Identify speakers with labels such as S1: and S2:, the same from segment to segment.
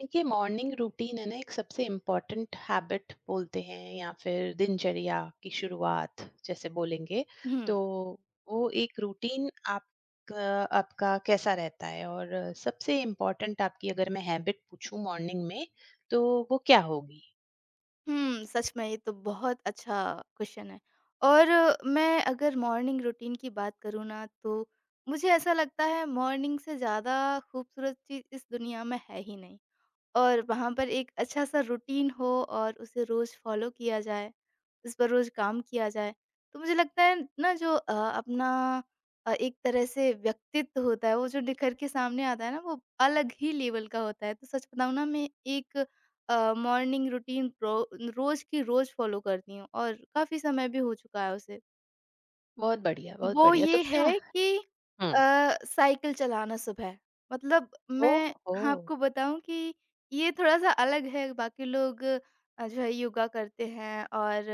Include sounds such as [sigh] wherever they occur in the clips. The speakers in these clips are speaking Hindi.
S1: देखिए मॉर्निंग रूटीन है ना एक सबसे इम्पोर्टेंट हैबिट बोलते हैं या फिर दिनचर्या की शुरुआत जैसे बोलेंगे।
S2: हुँ।
S1: तो वो एक रूटीन आपका आपका कैसा रहता है और सबसे इम्पोर्टेंट आपकी अगर मैं हैबिट पूछूं मॉर्निंग में, तो वो क्या होगी।
S2: हुँ, सच में ये तो बहुत अच्छा क्वेश्चन है। और मैं अगर मॉर्निंग रूटीन की बात करूँ ना तो मुझे ऐसा लगता है मॉर्निंग से ज़्यादा खूबसूरत चीज़ इस दुनिया में है ही नहीं। और वहाँ पर एक अच्छा-सा रूटीन हो और उसे रोज़ फ़ॉलो किया जाए, उस पर रोज़ काम किया जाए। तो मुझे लगता है ना जो अपना एक तरह से व्यक्तित्व होता है, वो जो निखर के सामने आता है ना, वो अलग ही लेवल का होता है। तो सच बताऊँ ना मैं एक मॉर्निंग रूटीन रो रोज़ की रोज़ फ़ॉलो करती हूँ और काफ़ी समय भी हो चुका है उसे।
S1: बहुत बढ़िया, बहुत
S2: वो
S1: बढ़िया। तो
S2: ये
S1: क्या।
S2: है कि अ,
S1: हम्म।
S2: साइकिल चलाना सुबह। मतलब
S1: ओ।
S2: मैं
S1: हो।
S2: आपको बताऊँ कि ये थोड़ा-सा अलग है, बाकी लोग जो है योगा करते हैं और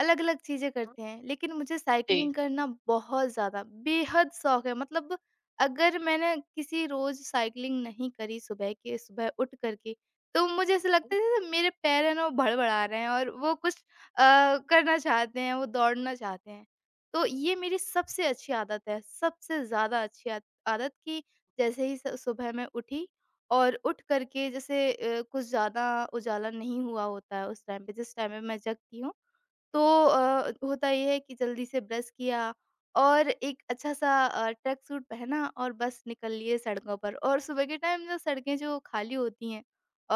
S2: अलग-अलग चीज़ें करते हैं, लेकिन मुझे
S1: जी।
S2: साइकिलिंग करना बहुत ज़्यादा बेहद शौक है। मतलब अगर मैंने किसी रोज़ साइकिलिंग नहीं करी सुबह के सुबह उठ कर के, तो मुझे ऐसा लगता है जैसे मेरे पैर हैं ना वो भड़बड़ा रहे हैं और वो कुछ अ, करना चाहते हैं, वो दौड़ना चाहते हैं। तो ये मेरी सबसे अच्छी आदत है, सबसे ज़्यादा अच्छी आद आदत कि जैसे ही स सुबह मैं उठी और उठ कर के जैसे कुछ ज़्यादा उजाला नहीं हुआ होता है उस टाइम पे, जिस टाइम पे मैं जगती हूँ। तो होता ये है कि जल्दी से ब्रश किया और एक अच्छा-सा ट्रैक सूट पहना और बस निकल लिए सड़कों पर, और सुबह के टाइम जो सड़कें जो खाली होती हैं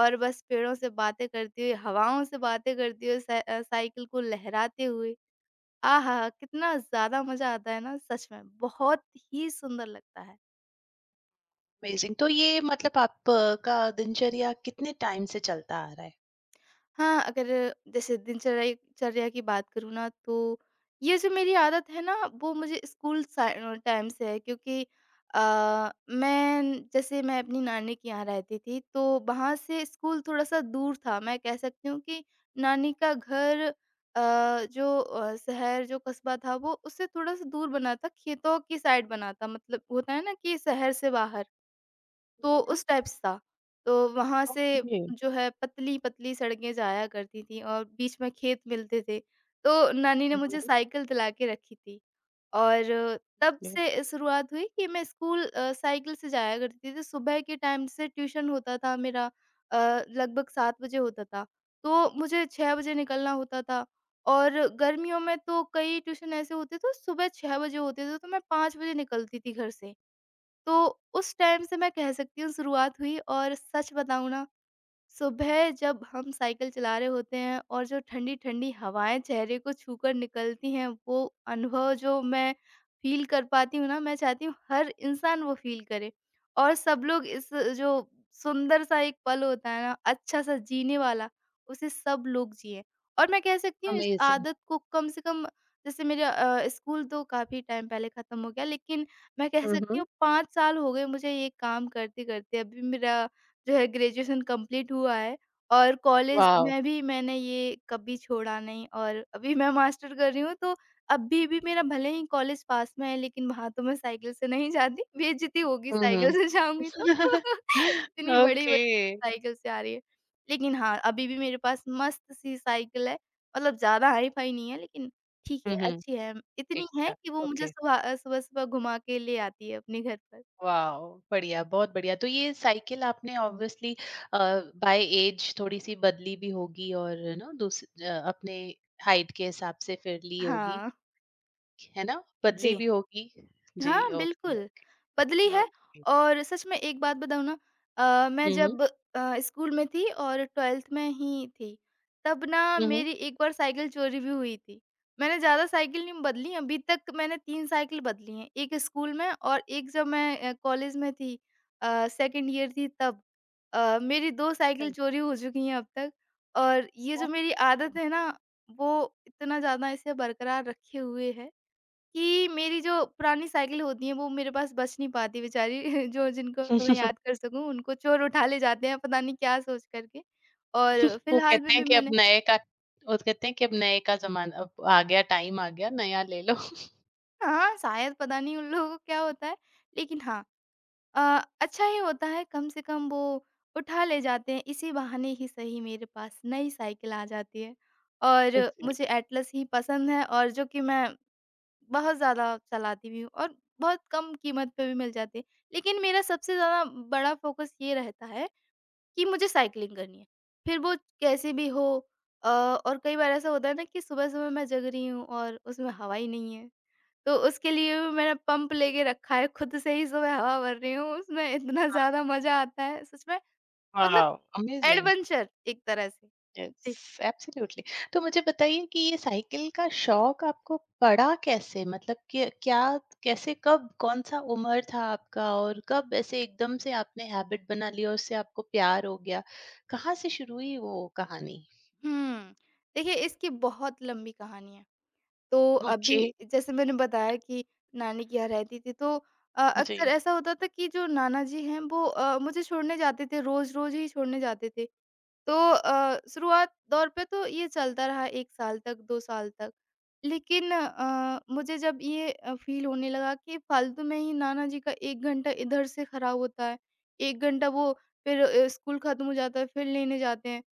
S2: और बस पेड़ों से बातें करते हुए, हवाओं से बातें करते हुए, साइकिल को लहराते हुए। आहा! कितना ज़्यादा मज़ा आता है ना सच में, बहुत ही सुंदर लगता है।
S1: अमेजिंग। तो ये मतलब आपका दिनचर्या कितने टाइम से चलता आ रहा है।
S2: हाँ, अगर जैसे दिनचर्या चर्या की बात करूँ ना तो ये जो मेरी आदत है ना वो मुझे स्कूल टाइम से है, क्योंकि अ, मैं जैसे मैं अपनी नानी के यहाँ रहती थी तो वहाँ से स्कूल थोड़ा-सा दूर था। मैं कह सकती हूँ कि नानी का घर जो शहर जो कस्बा था वो उससे थोड़ा-सा दूर बना था, खेतों की साइड बना था, मतलब होता है ना कि शहर से बाहर। तो
S1: हम्म,
S2: उस टाइप से था। तो वहाँ से
S1: ओके।
S2: जो है पतली-पतली सड़कें जाया करती थी और बीच में खेत मिलते थे। तो नानी ने मुझे
S1: हम्म,
S2: साइकिल दिला के रखी थी और तब
S1: ओके।
S2: से शुरुआत हुई कि मैं स्कूल साइकिल से जाया करती थी। तो सुबह के टाइम से ट्यूशन होता था मेरा, अ, लगभग 7 बजे होता था। तो मुझे 6 बजे निकलना होता था, और गर्मियों में तो कई ट्यूशन ऐसे होते थे, सुबह 6 बजे होते थे, तो मैं 5 बजे निकलती थी घर से। तो उस टाइम से मैं कह सकती हूँ शुरुआत हुई। और सच बताऊँ ना, सुबह जब हम साइकिल चला रहे होते हैं और जो ठंडी-ठंडी हवाएँ चेहरे को छूकर निकलती हैं, वो अनुभव जो मैं फ़ील कर पाती हूँ ना, मैं चाहती हूँ हर इंसान वो फ़ील करे, और सब लोग इस जो सुंदर-सा एक पल होता है ना, अच्छा-सा जीने वाला, उसे सब लोग जिएँ। और मैं कह सकती हूँ इस
S1: अमेजिंग।
S2: आदत को कम से कम, जैसे मेरा स्कूल तो काफ़ी टाइम पहले ख़त्म हो गया, लेकिन मैं कह
S1: हुँ,
S2: सकती
S1: हुँ।
S2: हूँ 5 साल हो गए मुझे ये काम करते-करते। अभी मेरा जो है ग्रेजुएशन कंप्लीट हुआ है, और कॉलेज
S1: वाव!
S2: में भी मैंने ये कभी छोड़ा नहीं, और अभी मैं मास्टर कर रही हूँ, तो अभी भी मेरा भले ही कॉलेज पास में है लेकिन वहाँ तो मैं साइकिल से नहीं जाती, बेइज्जती होगी
S1: हुँ,
S2: साइकिल
S1: हुँ।
S2: से जाऊँगी तो
S1: [laughs]
S2: [laughs] इतनी बड़ी ब
S1: ओके।
S2: साइकिल से आ रही है। लेकिन हाँ, अभी भी मेरे पास मस्त-सी साइकिल है, मतलब ज़्यादा हाई-फाई नहीं है लेकिन ठीक है,
S1: हुँ, हुँ।
S2: अच्छी है, इतनी है
S1: ठीक-ठाक,
S2: कि वो मुझे
S1: ओके।
S2: सुबह-सुबह घुमा के ले आती है अपने घर पर।
S1: वाव! [laughs] बढ़िया, बहुत बढ़िया। तो ये साइकिल आपने ऑब्वियसली अ, बाय ऐज थोड़ी-सी बदली भी होगी, और है ना अपने हाइट के हिसाब से फिर ली होगी,
S2: हाँ,
S1: है ना? बदली
S2: जी।
S1: भी होगी। जी,
S2: हाँ,
S1: ओके,
S2: बिल्कुल,
S1: ओके,
S2: बदली है।
S1: ओके।
S2: और सच में एक बात बताऊँ ना, मैं
S1: हुँ, हुँ।
S2: जब स्कूल में थी और 12th में ही थी, तब ना
S1: हुँ, हुँ।
S2: मेरी एक बार साइकिल चोरी भी हुई थी। मैंने ज़्यादा साइकिल नहीं बदली, अभी तक मैंने 3 साइकिल बदली हैं, एक स्कूल में और एक जब मैं कॉलेज में थी, सेकंड ईयर थी तब। मेरी 2 साइकिल चोरी हो चुकी हैं अब तक, और ये जो मेरी आदत है ना, वो इतना ज़्यादा इसे बरकरार रखे हुए है कि मेरी जो पुरानी साइकिल होती है वो मेरे पास बच नहीं पाती बेचारी। [laughs] जो जिनको मैं याद
S1: [laughs]
S2: कर सकूँ उनको चोर उठा ले जाते हैं, पता नहीं क्या सोच करके। और
S1: वो
S2: फिलहाल में
S1: कहते हैं
S2: भी
S1: कि अब
S2: मैंने,
S1: नए का वो कहते हैं कि अब नए का ज़माना अब आ गया, टाइम आ गया, नया ले लो।
S2: हाँ, शायद पता नहीं उन लोगों को क्या होता है, लेकिन हाँ, अच्छा ही होता है, कम से कम वो उठा ले जाते हैं, इसी बहाने ही सही मेरे पास नई साइकिल आ जाती है। और मुझे
S1: एग्ज़ैक्टली।
S2: एटलस ही पसंद है, और जो कि मैं बहुत ज़्यादा चलाती भी हूँ और बहुत कम कीमत पे भी मिल जाते हैं। लेकिन मेरा सबसे ज़्यादा बड़ा फ़ोकस ये रहता है कि मुझे साइकिलिंग करनी है। फिर वो कैसे भी हो। और कई बार ऐसा होता है ना कि सुबह-सुबह मैं जग रही हूँ और उसमें हवा ही नहीं है। तो उसके लिए भी मैंने पंप लेके रखा है, खुद से ही सुबह हवा भर रही हूँ, उसमें इतना ज़्यादा मज़ा आता है सच में, मतलब
S1: वाओ! अमेज़िंग।
S2: एडवेंचर एक तरह से। जी।
S1: Yes, absolutely. तो मुझे बताइए कि ये साइकिल का शौक आपको पड़ा कैसे? मतलब कि क्या, कैसे, कब, कौन-सा उम्र था आपका, और कब ऐसे एकदम से आपने हैबिट बना ली और उससे आपको प्यार हो गया? कहाँ से शुरू हुई वो कहानी?
S2: हुँ। देखिए इसकी बहुत लंबी कहानी है। तो अभी,
S1: ओके,
S2: जैसे मैंने बताया कि नानी के यहाँ रहती थी, तो
S1: जी।
S2: अक्सर ऐसा होता था कि जो नाना जी हैं वो मुझे छोड़ने जाते थे, रोज रोज ही छोड़ने जाते थे। तो शुरुआत दौर पे तो ये चलता रहा एक साल तक, 2 साल तक, लेकिन मुझे जब ये फील होने लगा कि फालतू में ही नाना जी का एक घंटा इधर से खराब होता है, एक घंटा वो फिर स्कूल खत्म हो जाता है फिर लेने जाते हैं।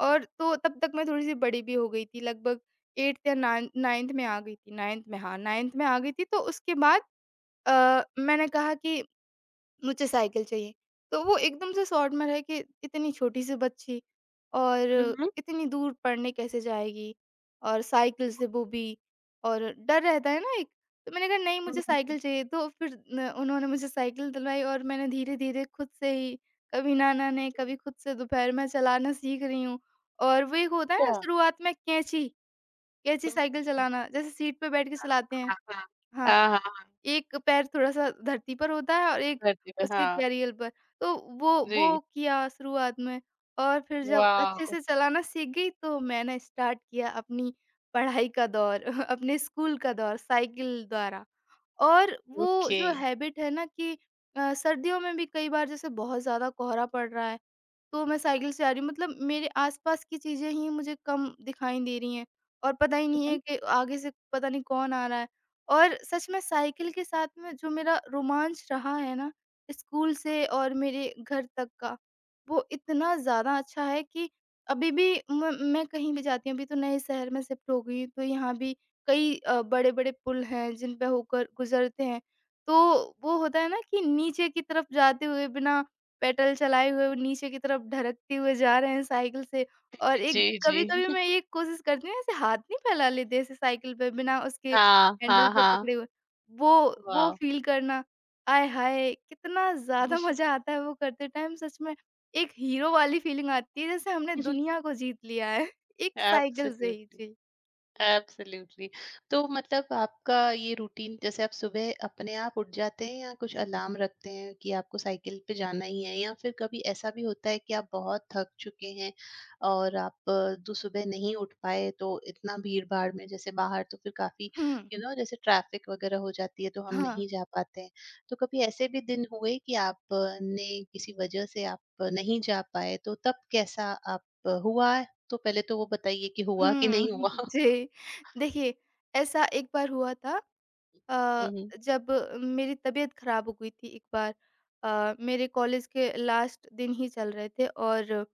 S2: और तो तब तक मैं थोड़ी-सी बड़ी भी हो गई थी, लगभग 8th या नाइन्थ में आ गई थी, नाइन्थ में, हाँ, नाइन्थ में आ गई थी, तो उसके बाद मैंने कहा कि मुझे साइकिल चाहिए। तो वो एकदम से शॉर्ट में रह के, इतनी छोटी-सी बच्ची, और
S1: हुँ, हुँ।
S2: इतनी दूर पढ़ने कैसे जाएगी? और साइकिल से, वो भी, और डर रहता है ना एक, तो मैंने कहा, नहीं,
S1: हुँ, हुँ,
S2: मुझे
S1: हुँ।
S2: साइकिल चाहिए, तो फिर न उन्होंने मुझे साइकिल दिलवाई, और मैंने धीरे-धीरे खुद से ही, कभी नाना ने, कभी खुद से दोपहर में चलाना सीख रही हूँ। और वो एक होता है ना
S1: अच्छा।
S2: शुरुआत में कैंची, कैंची
S1: हुँ,
S2: साइकिल
S1: [laughs]
S2: चलाना, जैसे सीट पे बैठ के चलाते हैं।
S1: हाँ, हाँ।
S2: हाँ,
S1: हाँ, हाँ,
S2: एक पैर थोड़ा-सा धरती पर होता है और एक
S1: करती है,
S2: उसके
S1: हाँ।
S2: कैरियर पर। तो वो
S1: जी,
S2: वो किया शुरुआत में, और फिर जब अच्छे
S1: वाओ!
S2: से चलाना सीख गई तो मैंने स्टार्ट किया अपनी पढ़ाई का दौर, [laughs] अपने स्कूल का दौर साइकिल द्वारा। और वो
S1: ओके।
S2: जो हैबिट है ना कि सर्दियों में भी कई बार, जैसे बहुत ज़्यादा कोहरा पड़ रहा है, तो मैं साइकिल से आ रही हूँ, मतलब मेरे आसपास की चीज़ें ही मुझे कम दिखाई दे रही हैं और पता ही
S1: हुँ,
S2: नहीं है
S1: हुँ।
S2: कि आगे से पता नहीं कौन आ रहा है। और सच में साइकिल के साथ में जो मेरा रोमांच रहा है ना, स्कूल से और मेरे घर तक का, वो इतना ज़्यादा अच्छा है कि अभी भी म मैं कहीं भी जाती हूँ, अभी तो नए शहर में शिफ्ट हो गई हूँ, तो यहाँ भी कई बड़े-बड़े पुल हैं जिन पे होकर गुज़रते हैं। तो वो होता है ना कि नीचे की तरफ जाते हुए बिना पेडल चलाए हुए वो नीचे की तरफ ढरकते हुए जा रहे हैं साइकिल से, और एक,
S1: जी, जी।
S2: कभी-कभी मैं ये कोशिश करती हूँ ऐसे हाथ नहीं फैला लेते ऐसे साइकिल पे बिना उसके
S1: हाँ,
S2: हैंडल
S1: हाँ,
S2: को
S1: हाँ।
S2: पकड़े हुए। वो वो
S1: Wow!
S2: फ़ील करना, आय हाय! कितना ज़्यादा मज़ा आता है वो करते टाइम सच में। एक हीरो वाली फ़ीलिंग आती है जैसे हमने
S1: [laughs]
S2: दुनिया को जीत लिया है [laughs] एक साइकिल से ही।
S1: Absolutely.
S2: जी।
S1: एब्सोल्युटली। तो मतलब आपका ये रूटीन, जैसे आप सुबह अपने आप उठ जाते हैं या कुछ अलार्म रखते हैं कि आपको साइकिल पे जाना ही है? या फिर कभी ऐसा भी होता है कि आप बहुत थक चुके हैं और आप दो सुबह नहीं उठ पाए, तो इतना भीड़-भाड़ में जैसे बाहर, तो फिर काफ़ी,
S2: हुँ,
S1: यू नो, जैसे ट्रैफ़िक वग़ैरह हो जाती है तो हम
S2: हाँ।
S1: नहीं जा पाते हैं। तो कभी ऐसे भी दिन हुए कि आपने किसी वजह से आप नहीं जा पाए, तो तब कैसा आप हुआ? तो पहले तो वो बताइए कि हुआ कि
S2: हुँ, हुँ,
S1: नहीं
S2: [laughs]
S1: हुआ?
S2: जी। देखिए, ऐसा एक बार हुआ था
S1: हुँ,
S2: अ,
S1: हुँ।
S2: जब मेरी तबीयत खराब हो गई थी। एक बार मेरे कॉलेज के लास्ट दिन ही चल रहे थे और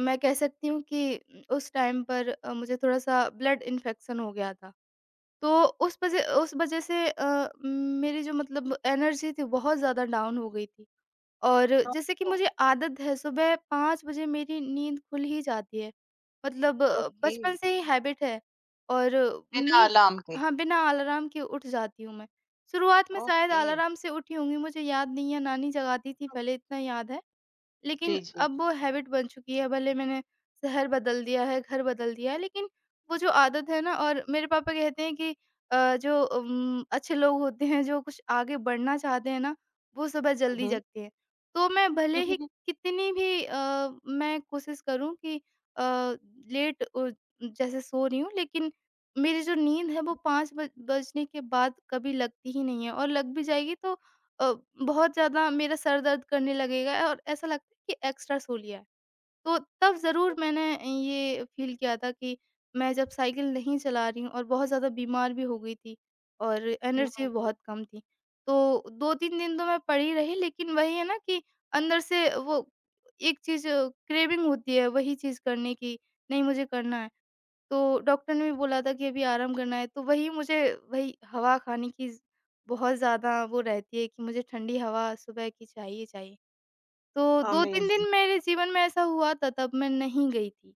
S2: मैं कह सकती हूँ कि उस टाइम पर मुझे थोड़ा-सा ब्लड इन्फेक्शन हो गया था। तो उस वजह से मेरी जो मतलब एनर्जी थी, बहुत ज़्यादा डाउन हो गई थी। और जैसे कि
S1: ओह!
S2: मुझे आदत है, सुबह 5 बजे मेरी नींद खुल ही जाती है। मतलब
S1: ओके,
S2: बचपन से ही हैबिट है और
S1: बिना
S2: नी
S1: अलार्म के,
S2: हाँ, बिना अलार्म के उठ जाती हूँ मैं। शुरुआत में शायद
S1: ओके।
S2: अलार्म से उठी होंगी, मुझे याद नहीं है, नानी जगाती थी
S1: हुँ,
S2: पहले, इतना याद है। लेकिन
S1: जी, जी।
S2: अब वो हैबिट बन चुकी है। भले मैंने शहर बदल दिया है, घर बदल दिया है, लेकिन वो जो आदत है ना। और मेरे पापा कहते हैं कि जो अच्छे लोग होते हैं, जो कुछ आगे बढ़ना चाहते हैं ना, वो सुबह
S1: हुँ,
S2: जल्दी
S1: हुँ।
S2: जगते हैं। तो मैं भले
S1: हुँ,
S2: ही
S1: हुँ,
S2: कितनी भी मैं कोशिश करूँ कि अ, लेट अ, जैसे सो रही हूँ, लेकिन मेरी जो नींद है, वो 5 बज बजने के बाद कभी लगती ही नहीं है। और लग भी जाएगी तो अ, बहुत ज़्यादा मेरा सर दर्द करने लगेगा और ऐसा लगता है कि एक्स्ट्रा सो लिया है। तो तब ज़रूर मैंने ये फ़ील किया था कि मैं जब साइकिल नहीं चला रही हूँ और बहुत ज़्यादा बीमार भी हो गई थी और एनर्जी
S1: हुँ।
S2: बहुत कम थी। तो 2-3 दिन तो मैं पड़ी रही, लेकिन वही है ना कि अंदर से वो एक चीज़, क्रेविंग होती है वही चीज़ करने की, नहीं, मुझे करना है। तो डॉक्टर ने भी बोला था कि अभी आराम करना है, तो वही मुझे वही हवा खाने की ज़ बहुत ज़्यादा वो रहती है कि मुझे ठंडी हवा सुबह की चाहिए, चाहिए। तो 2-3
S1: अमेज़िंग,
S2: दिन मेरे जीवन में ऐसा हुआ था, तब मैं नहीं गई थी,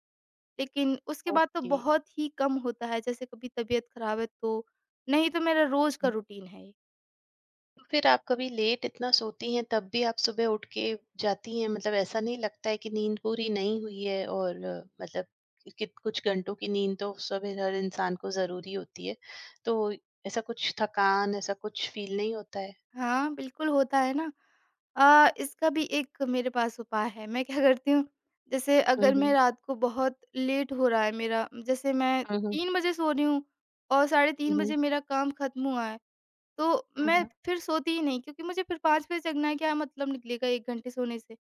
S2: लेकिन उसके
S1: [laughs]
S2: बाद तो
S1: ओके।
S2: बहुत ही कम होता है, जैसे कभी तबीयत खराब है तो। नहीं तो मेरा रोज़ का
S1: हुँ।
S2: रूटीन है ये।
S1: तो फिर आप कभी लेट इतना सोती हैं तब भी आप सुबह उठ के जाती हैं? मतलब ऐसा नहीं लगता है कि नींद पूरी नहीं हुई है, और मतलब कित कुछ घंटों की नींद तो सुबह हर इंसान को ज़रूरी होती है। तो ऐसा कुछ थकान, ऐसा कुछ फील नहीं होता है?
S2: हाँ, बिल्कुल होता है ना। इसका भी एक मेरे पास उपाय है। मैं क्या करती हूँ, जैसे
S1: हुँ,
S2: अगर मैं
S1: हुँ।
S2: रात को बहुत लेट हो रहा है मेरा, जैसे मैं
S1: हुँ, हुँ।
S2: 3 बजे सो रही हूँ और साढ़े
S1: हुँ,
S2: 3
S1: हुँ।
S2: बजे मेरा काम ख़त्म हुआ है, तो
S1: हुँ,
S2: मैं
S1: हुँ।
S2: फिर सोती ही नहीं, क्योंकि मुझे फिर 5 बजे जगना है, क्या मतलब निकलेगा 1 घंटे सोने से?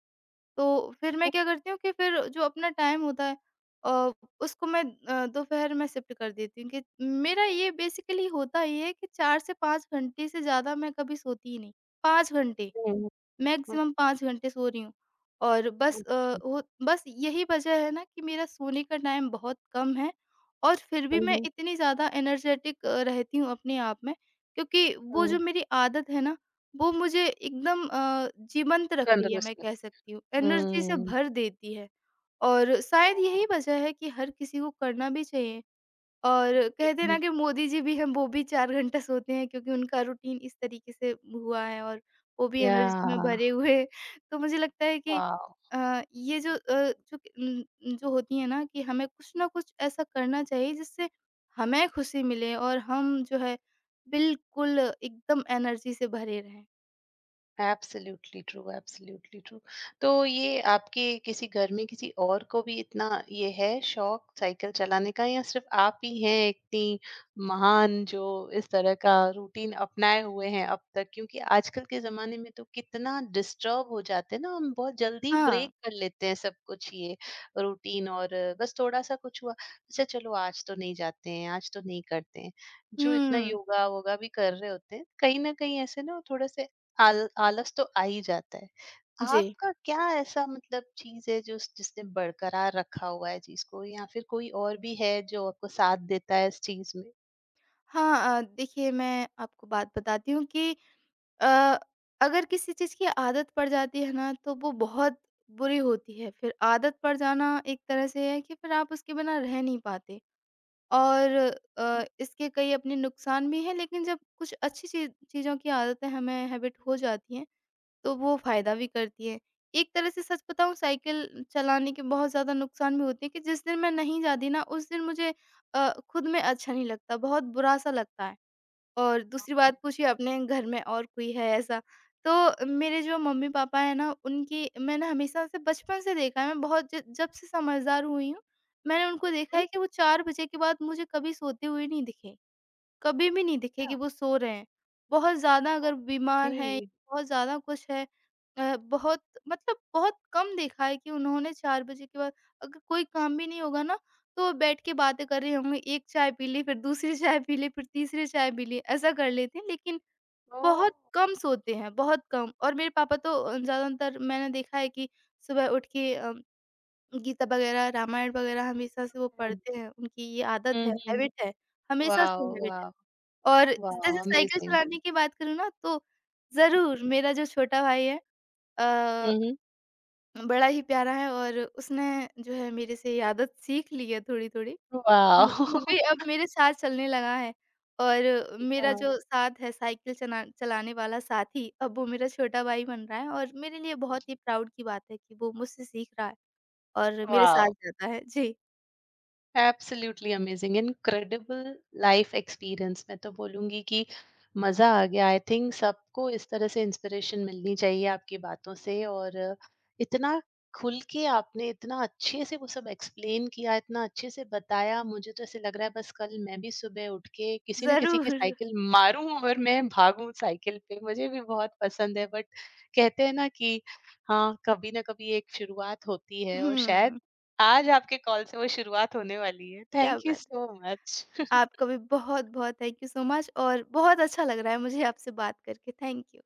S2: तो फिर मैं क्या करती हूँ कि फिर जो अपना टाइम होता है अ, उसको मैं दोपहर में शिफ्ट कर देती हूँ। कि मेरा ये बेसिकली होता ये है कि 4 से 5 घंटे से ज़्यादा मैं कभी सोती ही नहीं, 5 घंटे।
S1: ओके,
S2: मैक्सिमम 5 घंटे सो रही हूँ और बस अ,
S1: अच्छा।
S2: वो बस यही वजह है ना कि मेरा सोने का टाइम बहुत कम है और फिर भी मैं इतनी ज़्यादा एनर्जेटिक रहती हूँ अपने आप में। क्योंकि वो जो मेरी आदत है ना, वो मुझे एकदम जीवंत रख
S1: kan
S2: रही है,
S1: terus,
S2: मैं कह सकती हूँ, एनर्जी से
S1: hmm,
S2: भर देती है। और शायद यही वजह है कि हर किसी को करना भी चाहिए। और कहते हैं ना कि मोदी जी भी हैं, वो भी 4 घंटा सोते हैं, क्योंकि उनका रूटीन इस तरीके से हुआ है और वो भी एनर्जी में
S1: ya,
S2: भरे हुए हैं। तो मुझे लगता है कि
S1: wow.
S2: अ, ये जो अ, जो उम, जो होती है ना कि हमें कुछ ना कुछ ऐसा करना चाहिए जिससे हमें खुशी मिले और हम जो है, बिल्कुल एकदम एनर्जी से भरे रहें।
S1: Absolutely true, absolutely true. तो ये आपके किसी घर में किसी और को भी इतना ये है शौक साइकिल चलाने का, या सिर्फ़ आप ही हैं इतनी महान जो इस तरह का रूटीन अपनाए हुए हैं अब तक? क्योंकि आजकल के ज़माने में तो कितना डिस्टर्ब हो जाते हैं ना हम, बहुत जल्दी
S2: हाँ।
S1: ब्रेक कर लेते हैं सब कुछ, ये रूटीन और बस थोड़ा-सा कुछ हुआ, अच्छा चलो आज तो नहीं जाते हैं, आज तो नहीं करते हैं। जो इतना
S2: हुँ।
S1: योगा-वोगा भी कर रहे होते हैं, कहीं न कहीं ऐसे ना थोड़े-से आलस तो आ ही जाता है।
S2: जी।
S1: आपका क्या ऐसा मतलब चीज है जो, जिसने बरकरार रखा हुआ है चीज को, या फिर कोई और भी है जो आपको साथ देता है इस चीज में?
S2: हाँ, देखिए, मैं आपको बात बताती हूँ कि अ, अगर किसी चीज़ की आदत पड़ जाती है ना, तो वो बहुत बुरी होती है। फिर आदत पड़ जाना एक तरह से है कि फिर आप उसके बिना रह नहीं पाते। और इसके कई अपने नुकसान भी हैं, लेकिन जब कुछ अच्छी चीज़ों की आदतें हमें, हैबिट हो जाती हैं, तो वो फ़ायदा भी करती हैं। एक तरह से सच बताऊँ, साइकिल चलाने के बहुत ज़्यादा नुकसान भी होते हैं कि जिस दिन मैं नहीं जाती ना, उस दिन मुझे खुद में अच्छा नहीं लगता, बहुत बुरा-सा लगता है। और दूसरी बात, पूछिए आपने घर में और कोई है ऐसा? तो मेरे जो मम्मी-पापा हैं ना, उनकी मैंने हमेशा से बचपन से देखा है, मैं बहुत ज जब से समझदार हुई हूँ, मैंने उनको देखा
S1: हम्म,
S2: है कि वो 4 बजे के बाद मुझे कभी सोते हुए नहीं दिखे। कभी भी नहीं दिखे कि
S1: क्या?
S2: वो सो रहे हैं। बहुत ज़्यादा अगर बीमार
S1: ओके।
S2: हैं, बहुत ज़्यादा कुछ है, अ, बहुत मतलब बहुत कम देखा है कि उन्होंने 4 बजे के बाद, अगर कोई काम भी नहीं होगा ना, तो वो बैठ के बातें कर रहे होंगे, एक चाय पी ली, फिर दूसरी [laughs] चाय पी ली, फिर तीसरी चाय पी ली, ऐसा कर लेते हैं। लेकिन
S1: ओ।
S2: बहुत कम सोते हैं, बहुत कम। और मेरे पापा तो ज़्यादातर मैंने देखा है कि सुबह उठ के गीता वगैरह, रामायण वगैरह हमेशा से वो
S1: हम्म,
S2: पढ़ते हैं, उनकी ये आदत है,
S1: हम्म।
S2: हैबिट है, हमेशा
S1: वाह,
S2: से हैबिट है।
S1: वाह,
S2: और जैसे
S1: वाह,
S2: साइकिल
S1: अमेजिंग।
S2: चलाने की बात करूँ ना, तो ज़रूर, मेरा जो छोटा भाई है अ,
S1: हम्म,
S2: बड़ा ही प्यारा है और उसने जो है मेरे से ये आदत सीख ली है थोड़ी-थोड़ी। हुँ।
S1: वाह,
S2: वो भी अब मेरे साथ चलने लगा है और मेरा जो साथ है, साइकिल चना चलाने वाला साथी अब वो मेरा छोटा भाई बन रहा है। और मेरे लिए बहुत ही प्राउड की बात है कि वो मुझसे सीख रहा है और मेरे साथ
S1: वाह। [laughs]
S2: जाता है। जी,
S1: absolutely amazing, incredible life experience. मैं तो बोलूंगी कि मजा आ गया। आई थिंक सबको इस तरह से इंस्पिरेशन मिलनी चाहिए आपकी बातों से। और इतना खुल के आपने इतना अच्छे से वो सब एक्सप्लेन किया, इतना अच्छे से बताया, मुझे तो ऐसे लग रहा है बस कल मैं भी सुबह उठ के किसी न किसी की
S2: ज़रूर।
S1: साइकिल मारूं और मैं भागूं साइकिल पे, मुझे भी बहुत पसंद है। बट कहते हैं ना कि, हाँ, कभी ना कभी एक शुरुआत होती है और शायद
S2: हुँ,
S1: आज आपके कॉल से वो शुरुआत होने वाली है।
S2: क्या
S1: थैंक यू
S2: बात है।
S1: So much.
S2: आपका भी बहुत-बहुत थैंक यू सो मच और बहुत अच्छा लग रहा है मुझे आपसे बात करके। Thank you.